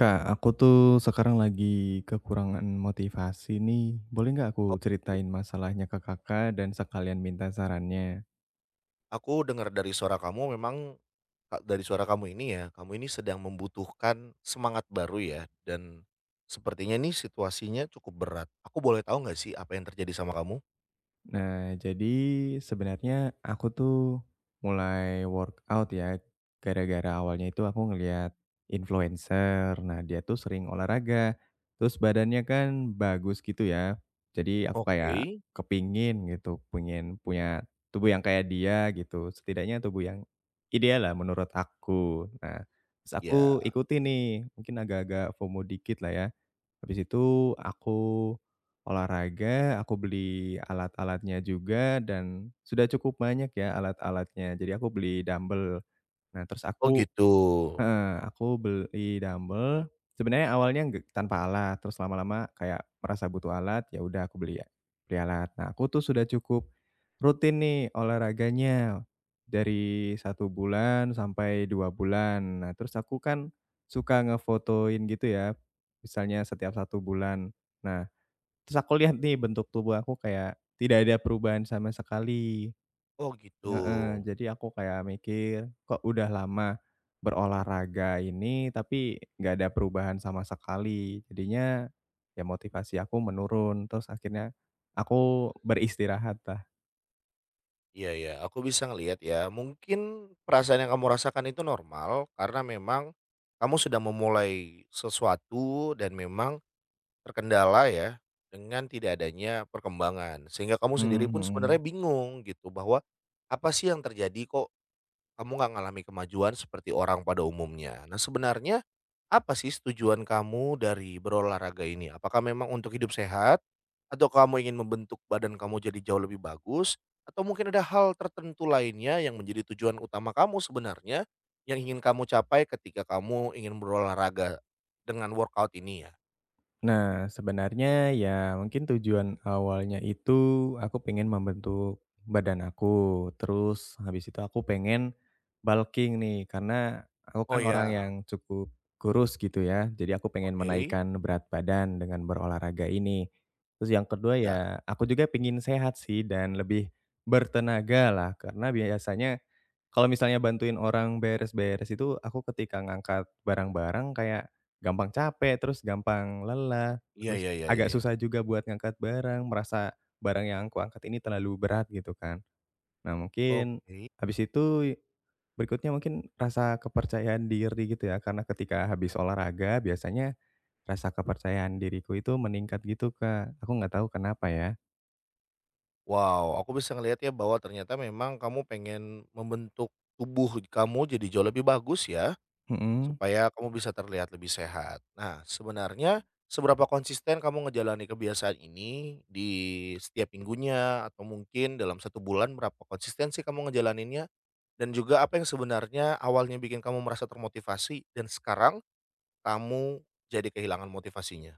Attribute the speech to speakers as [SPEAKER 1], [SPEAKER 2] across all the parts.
[SPEAKER 1] Kak, aku tuh sekarang lagi kekurangan motivasi nih. Boleh nggak aku
[SPEAKER 2] Oke,
[SPEAKER 1] ceritain masalahnya ke kakak dan sekalian minta sarannya?
[SPEAKER 2] aku dengar dari suara kamu memang dari suara kamu ini ya, kamu ini sedang membutuhkan semangat baru ya, dan sepertinya nih situasinya cukup berat. Aku boleh tahu nggak sih apa yang terjadi sama kamu?
[SPEAKER 1] Nah, jadi sebenarnya aku tuh mulai workout ya, gara-gara awalnya itu aku ngeliat influencer. Nah, dia tuh sering olahraga, terus badannya kan bagus gitu ya. Jadi aku
[SPEAKER 2] Oke,
[SPEAKER 1] kayak kepingin gitu, pengen punya tubuh yang kayak dia gitu. Setidaknya tubuh yang ideal lah menurut aku. Nah, terus aku
[SPEAKER 2] ya.
[SPEAKER 1] ikuti nih, mungkin agak-agak FOMO dikit lah ya. Habis itu aku olahraga, aku beli alat-alatnya juga dan sudah cukup banyak ya alat-alatnya. Jadi aku beli dumbbell. Nah, terus
[SPEAKER 2] Oh
[SPEAKER 1] aku
[SPEAKER 2] gitu.
[SPEAKER 1] heeh, aku beli dumbbell, sebenarnya awalnya nggak tanpa alat, terus lama-lama kayak merasa butuh alat, ya udah aku beli beli alat. Nah, aku tuh sudah cukup rutin nih olahraganya, dari 1 bulan sampai 2 bulan. Nah, terus aku kan suka ngefotoin gitu ya, misalnya setiap 1 bulan. Nah, terus aku lihat nih bentuk tubuh aku kayak tidak ada perubahan sama sekali.
[SPEAKER 2] Oh gitu.
[SPEAKER 1] Heeh, jadi aku kayak mikir, kok udah lama berolahraga ini tapi nggak ada perubahan sama sekali. Jadinya ya motivasi aku menurun, terus akhirnya aku beristirahat lah.
[SPEAKER 2] Iya ya, aku bisa ngelihat ya. Mungkin perasaan yang kamu rasakan itu normal karena memang kamu sudah memulai sesuatu dan memang terkendala ya, dengan tidak adanya perkembangan, sehingga kamu sendiri
[SPEAKER 1] Mhm,
[SPEAKER 2] pun
[SPEAKER 1] mhm.
[SPEAKER 2] sebenarnya bingung gitu bahwa, apa sih yang terjadi kok kamu nggak ngalami kemajuan seperti orang pada umumnya. Nah sebenarnya, apa sih tujuan kamu dari berolahraga ini? Apakah memang untuk hidup sehat? Atau kamu ingin membentuk badan kamu jadi jauh lebih bagus? Atau mungkin ada hal tertentu lainnya yang menjadi tujuan utama kamu sebenarnya, yang ingin kamu capai ketika kamu ingin berolahraga dengan workout ini ya?
[SPEAKER 1] Nah, sebenarnya ya mungkin tujuan awalnya itu aku pengen membentuk badan aku. Terus habis itu aku pengen bulking nih, karena aku
[SPEAKER 2] Oh
[SPEAKER 1] kan orang yang
[SPEAKER 2] ya.
[SPEAKER 1] cukup kurus gitu ya. Jadi aku pengen
[SPEAKER 2] Oke,
[SPEAKER 1] menaikkan berat badan dengan berolahraga ini. Terus yang kedua
[SPEAKER 2] ya.
[SPEAKER 1] ya aku juga pengen sehat sih dan lebih bertenaga lah, karena biasanya kalau misalnya bantuin orang beres-beres itu, aku ketika ngangkat barang-barang kayak gampang capek, terus gampang lelah,
[SPEAKER 2] Iya
[SPEAKER 1] terus
[SPEAKER 2] iya iya iya
[SPEAKER 1] agak
[SPEAKER 2] iya.
[SPEAKER 1] susah juga buat ngangkat barang, merasa barang yang aku angkat ini terlalu berat gitu kan. Nah, mungkin
[SPEAKER 2] Oke.
[SPEAKER 1] habis itu berikutnya mungkin rasa kepercayaan diri gitu ya, karena ketika habis olahraga biasanya rasa kepercayaan diriku itu meningkat gitu Kak, aku nggak tahu kenapa ya.
[SPEAKER 2] Wow, aku bisa ngelihat ya bahwa ternyata memang kamu pengen membentuk tubuh kamu jadi jauh lebih bagus ya,
[SPEAKER 1] Mhm.
[SPEAKER 2] supaya kamu bisa terlihat lebih sehat. Nah, sebenarnya seberapa konsisten kamu ngejalani kebiasaan ini di setiap minggunya atau mungkin dalam satu bulan berapa konsisten sih kamu ngejalaninnya? Dan juga apa yang sebenarnya awalnya bikin kamu merasa termotivasi dan sekarang kamu jadi kehilangan motivasinya?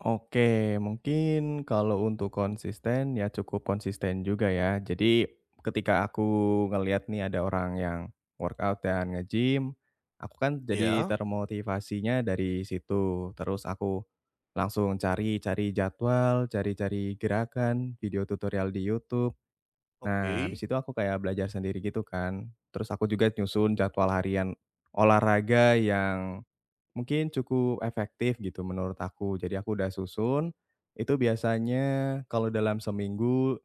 [SPEAKER 1] Oke, mungkin kalau untuk konsisten ya cukup konsisten juga ya. Jadi ketika aku ngelihat nih ada orang yang workout dan nge-gym, aku kan jadi
[SPEAKER 2] Ya,
[SPEAKER 1] termotivasinya dari situ. Terus aku langsung cari-cari jadwal, cari-cari gerakan, video tutorial di YouTube. Nah,
[SPEAKER 2] oke.
[SPEAKER 1] habis itu aku kayak belajar sendiri gitu kan. Terus aku juga nyusun jadwal harian olahraga yang mungkin cukup efektif gitu menurut aku. Jadi aku udah susun, itu biasanya kalau dalam seminggu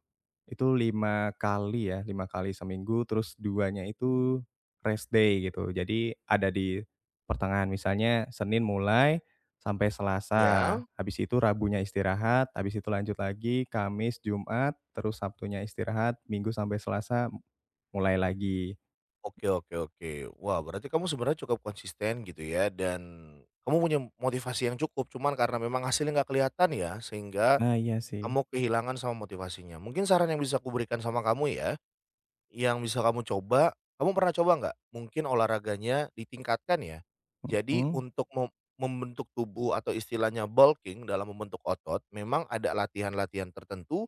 [SPEAKER 1] itu 5 kali ya, 5 kali seminggu terus duanya itu rest day gitu. Jadi ada di pertengahan, misalnya Senin mulai sampai Selasa,
[SPEAKER 2] Ya,
[SPEAKER 1] habis itu Rabunya istirahat, habis itu lanjut lagi Kamis, Jumat, terus Sabtunya istirahat, Minggu sampai Selasa mulai lagi.
[SPEAKER 2] oke oke oke. Wah, berarti kamu sebenarnya cukup konsisten gitu ya dan kamu punya motivasi yang cukup, cuman karena memang hasilnya nggak kelihatan ya, sehingga
[SPEAKER 1] Nah, iya sih.
[SPEAKER 2] kamu kehilangan sama motivasinya. Mungkin saran yang bisa aku berikan sama kamu ya. Yang bisa kamu coba, kamu pernah coba nggak, mungkin olahraganya ditingkatkan ya? Jadi
[SPEAKER 1] Hmm,
[SPEAKER 2] untuk membentuk tubuh atau istilahnya bulking dalam membentuk otot, memang ada latihan-latihan tertentu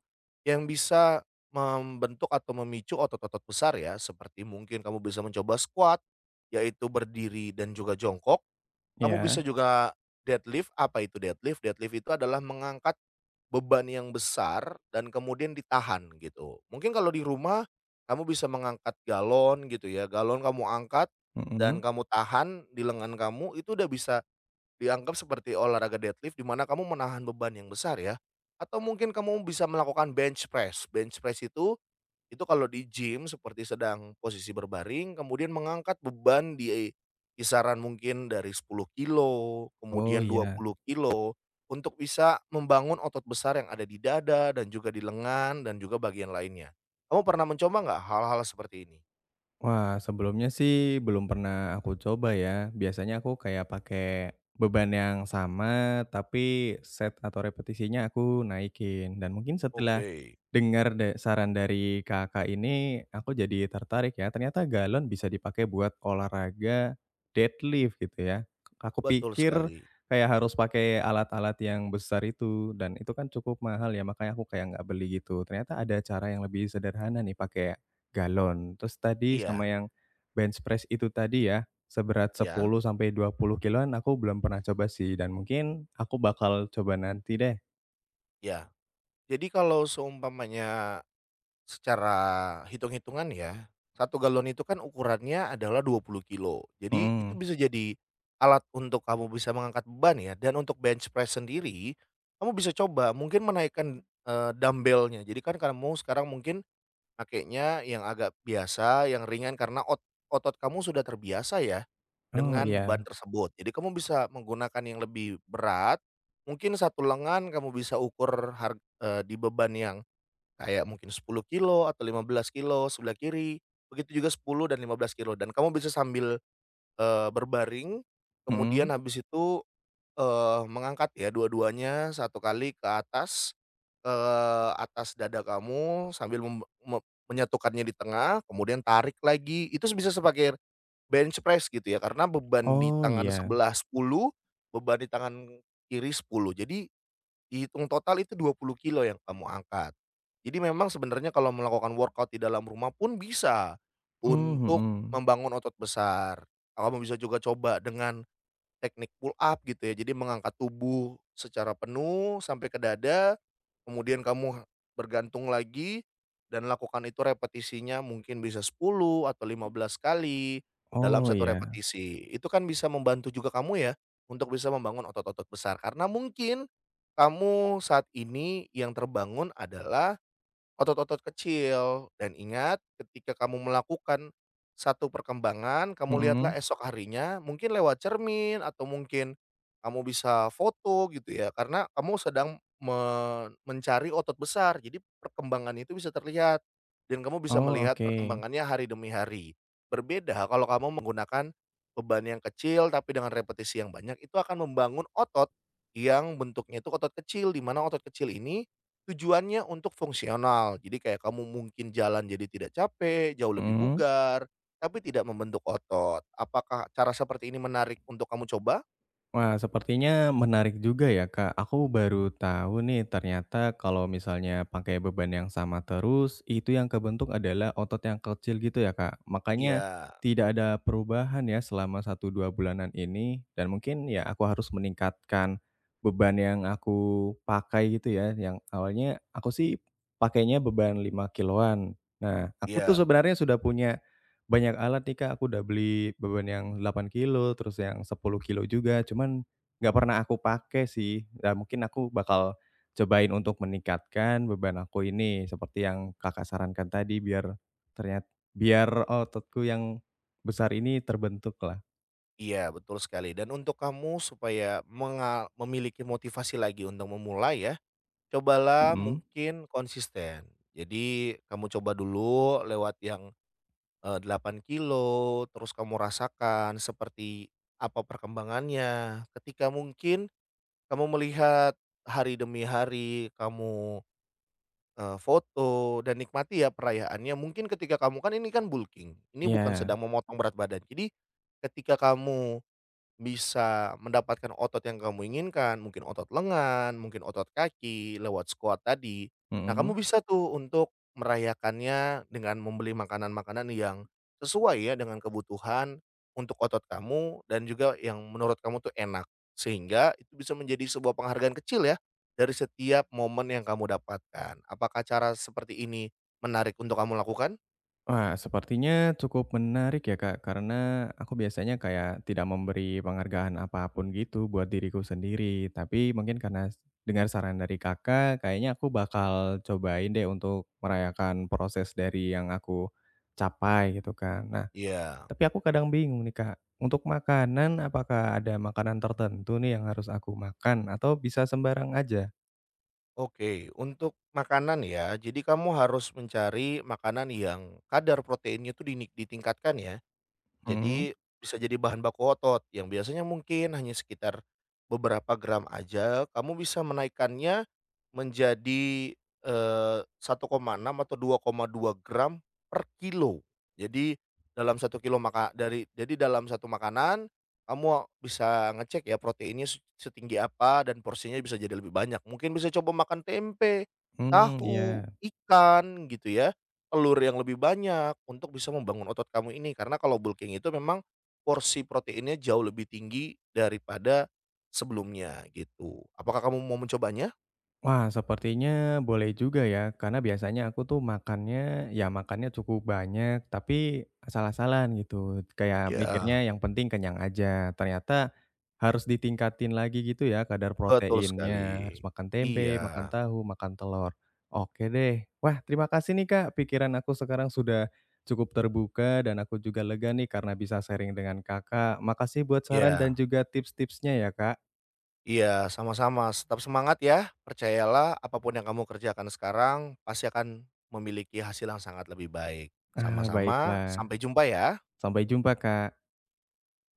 [SPEAKER 2] yang bisa membentuk atau memicu otot-otot besar ya, seperti mungkin kamu bisa mencoba squat, yaitu berdiri dan juga jongkok, kamu
[SPEAKER 1] iya,
[SPEAKER 2] bisa juga deadlift, apa itu deadlift? Deadlift itu adalah mengangkat beban yang besar dan kemudian ditahan gitu. Mungkin kalau di rumah kamu bisa mengangkat galon gitu ya, galon kamu angkat
[SPEAKER 1] mhm.
[SPEAKER 2] dan kamu tahan di lengan kamu itu udah bisa dianggap seperti olahraga deadlift di mana kamu menahan beban yang besar ya. Atau mungkin kamu bisa melakukan bench press. Bench press itu kalau di gym seperti sedang posisi berbaring, kemudian mengangkat beban di kisaran mungkin dari 10 kilo
[SPEAKER 1] Oh,
[SPEAKER 2] kemudian
[SPEAKER 1] iya.
[SPEAKER 2] 20 kilo untuk bisa membangun otot besar yang ada di dada dan juga di lengan dan juga bagian lainnya. Kamu pernah mencoba nggak hal-hal seperti ini?
[SPEAKER 1] Wah, sebelumnya sih belum pernah aku coba ya. Biasanya aku kayak pakai beban yang sama, tapi set atau repetisinya aku naikin. Dan mungkin setelah
[SPEAKER 2] Oke,
[SPEAKER 1] dengar saran dari Kakak ini, aku jadi tertarik ya. Ternyata galon bisa dipakai buat olahraga deadlift gitu ya. Aku
[SPEAKER 2] betul
[SPEAKER 1] pikir
[SPEAKER 2] sekali.
[SPEAKER 1] kayak harus pakai alat-alat yang besar itu, dan itu kan cukup mahal ya, makanya aku kayak nggak beli gitu. Ternyata ada cara yang lebih sederhana nih pakai galon. Terus tadi
[SPEAKER 2] Iya,
[SPEAKER 1] sama yang bench press itu tadi ya, seberat
[SPEAKER 2] iya,
[SPEAKER 1] 10 sampai 20 kiloan aku belum pernah coba sih dan mungkin aku bakal coba nanti deh.
[SPEAKER 2] iya. Jadi kalau seumpamanya secara hitung-hitungan ya, satu galon itu kan ukurannya adalah 20 kilo. Jadi itu
[SPEAKER 1] Mhm.
[SPEAKER 2] bisa jadi alat untuk kamu bisa mengangkat beban ya, dan untuk bench press sendiri, kamu bisa coba mungkin menaikkan, dumbbell. Jadi kan kamu sekarang mungkin pakainya yang agak biasa, yang ringan karena otot kamu sudah terbiasa ya
[SPEAKER 1] Oh
[SPEAKER 2] dengan
[SPEAKER 1] iya.
[SPEAKER 2] beban tersebut. Jadi kamu bisa menggunakan yang lebih berat, mungkin satu lengan kamu bisa di beban yang kayak mungkin 10 kilo atau 15 kilo sebelah kiri, begitu juga 10 dan 15 kilo dan kamu bisa sambil, berbaring, kemudian
[SPEAKER 1] Mhm.
[SPEAKER 2] habis itu, mengangkat ya dua-duanya satu kali ke atas dada kamu sambil mem me menyatukannya di tengah, kemudian tarik lagi. Itu bisa sebagai bench press gitu ya, karena beban di
[SPEAKER 1] Oh
[SPEAKER 2] tangan
[SPEAKER 1] iya.
[SPEAKER 2] sebelah 10, beban di tangan kiri 10. Jadi dihitung total itu 20 kilo yang kamu angkat. Jadi memang sebenarnya kalau melakukan workout di dalam rumah pun bisa,
[SPEAKER 1] Mmm,
[SPEAKER 2] untuk
[SPEAKER 1] mhm.
[SPEAKER 2] membangun otot besar. Kamu bisa juga coba dengan teknik pull up gitu ya, jadi mengangkat tubuh secara penuh sampai ke dada, kemudian kamu bergantung lagi dan lakukan itu repetisinya mungkin bisa 10 atau 15 kali dalam
[SPEAKER 1] Oh
[SPEAKER 2] satu
[SPEAKER 1] iya.
[SPEAKER 2] repetisi. Itu kan bisa membantu juga kamu ya, untuk bisa membangun otot-otot besar karena mungkin kamu saat ini yang terbangun adalah otot-otot kecil. Dan ingat ketika kamu melakukan satu perkembangan, kamu lihatlah
[SPEAKER 1] Mhm.
[SPEAKER 2] esok harinya mungkin lewat cermin atau mungkin kamu bisa foto gitu ya, karena kamu sedang mencari otot besar. Jadi perkembangan itu bisa terlihat dan kamu bisa
[SPEAKER 1] Oh
[SPEAKER 2] melihat
[SPEAKER 1] oke.
[SPEAKER 2] perkembangannya hari demi hari. Berbeda kalau kamu menggunakan beban yang kecil tapi dengan repetisi yang banyak, itu akan membangun otot yang bentuknya itu otot kecil, di mana otot kecil ini tujuannya untuk fungsional, jadi kayak kamu mungkin jalan jadi tidak capek, jauh lebih
[SPEAKER 1] Mhm.
[SPEAKER 2] bugar, tapi tidak membentuk otot. Apakah cara seperti ini menarik untuk kamu coba?
[SPEAKER 1] Wah, sepertinya menarik juga ya, Kak. Aku baru tahu nih ternyata kalau misalnya pakai beban yang sama terus, itu yang kebentuk adalah otot yang kecil gitu ya, Kak. Makanya
[SPEAKER 2] Iya
[SPEAKER 1] tidak ada perubahan ya selama satu 2 bulanan ini dan mungkin ya aku harus meningkatkan beban yang aku pakai gitu ya. Yang awalnya aku sih pakainya beban 5 kiloan. Nah, aku tuh
[SPEAKER 2] iya
[SPEAKER 1] sebenarnya sudah punya banyak alat nih, Kak, aku udah beli beban yang 8 kilo terus yang 10 kilo juga, cuman nggak pernah aku pakai sih. Ya mungkin aku bakal cobain untuk meningkatkan beban aku ini, seperti yang Kakak sarankan tadi biar ternyata biar ototku yang besar ini terbentuklah.
[SPEAKER 2] iya, betul sekali. Dan untuk kamu supaya memiliki motivasi lagi untuk memulai ya, cobalah
[SPEAKER 1] Mhm,
[SPEAKER 2] mungkin konsisten. Jadi kamu coba dulu lewat yang, 8 kilometer, terus kamu rasakan seperti apa perkembangannya. Ketika mungkin kamu melihat hari demi hari, kamu, foto dan nikmati ya perayaannya. Mungkin ketika kamu kan ini kan bulking, ini bukan
[SPEAKER 1] iya,
[SPEAKER 2] sedang memotong berat badan. Jadi, ketika kamu bisa mendapatkan otot yang kamu inginkan, mungkin otot lengan, mungkin otot kaki lewat squat tadi. Nah,
[SPEAKER 1] mhm.
[SPEAKER 2] kamu bisa tuh untuk merayakannya dengan membeli makanan-makanan yang sesuai ya dengan kebutuhan untuk otot kamu dan juga yang menurut kamu tuh enak. Sehingga itu bisa menjadi sebuah penghargaan kecil ya dari setiap momen yang kamu dapatkan. Apakah cara seperti ini menarik untuk kamu lakukan?
[SPEAKER 1] Wah, sepertinya cukup menarik ya, Kak, karena aku biasanya kayak tidak memberi penghargaan apapun gitu buat diriku sendiri. Tapi mungkin karena dengar saran dari Kakak, kayaknya aku bakal cobain deh untuk merayakan proses dari yang aku capai gitu kan. Nah,
[SPEAKER 2] Iya.
[SPEAKER 1] tapi aku kadang bingung nih, Kak. Untuk makanan, apakah ada makanan tertentu nih yang harus aku makan atau bisa sembarang aja?
[SPEAKER 2] Oke, untuk makanan ya, jadi kamu harus mencari makanan yang kadar proteinnya itu ditingkatkan ya.
[SPEAKER 1] Hmm,
[SPEAKER 2] Jadi bisa jadi bahan baku otot yang biasanya mungkin hanya sekitar beberapa gram aja, kamu bisa menaikkannya menjadi, 1,6 atau 2,2 gram per kilo. Jadi dalam satu kilo maka dari jadi dalam satu makanan, kamu bisa ngecek ya proteinnya setinggi apa dan porsinya bisa jadi lebih banyak. Mungkin bisa coba makan tempe,
[SPEAKER 1] hmm, iya.
[SPEAKER 2] tahu, ikan gitu ya telur yang lebih banyak untuk bisa membangun otot kamu ini. Karena kalau bulking itu memang porsi proteinnya jauh lebih tinggi daripada sebelumnya gitu. Apakah kamu mau mencobanya?
[SPEAKER 1] Wah, sepertinya boleh juga ya, karena biasanya aku tuh makannya, ya makannya cukup banyak, tapi asal-asalan gitu. Kayak mikirnya
[SPEAKER 2] Ya,
[SPEAKER 1] yang penting kenyang aja. Ternyata harus ditingkatin lagi gitu ya kadar
[SPEAKER 2] betul
[SPEAKER 1] proteinnya. Harus
[SPEAKER 2] sekali.
[SPEAKER 1] makan tempe, makan
[SPEAKER 2] Iya,
[SPEAKER 1] tahu, makan telur. Oke deh. Wah, terima kasih nih Kak. Pikiran aku sekarang sudah cukup terbuka dan aku juga lega nih karena bisa sharing dengan Kakak. Makasih buat saran dan
[SPEAKER 2] iya,
[SPEAKER 1] juga tips-tipsnya ya Kak.
[SPEAKER 2] iya, sama-sama. Tetap semangat ya. Percayalah apapun yang kamu kerjakan sekarang pasti akan memiliki hasil yang sangat lebih baik.
[SPEAKER 1] Ah,
[SPEAKER 2] Sama-sama,
[SPEAKER 1] baiklah.
[SPEAKER 2] sampai jumpa ya.
[SPEAKER 1] Sampai jumpa Kak.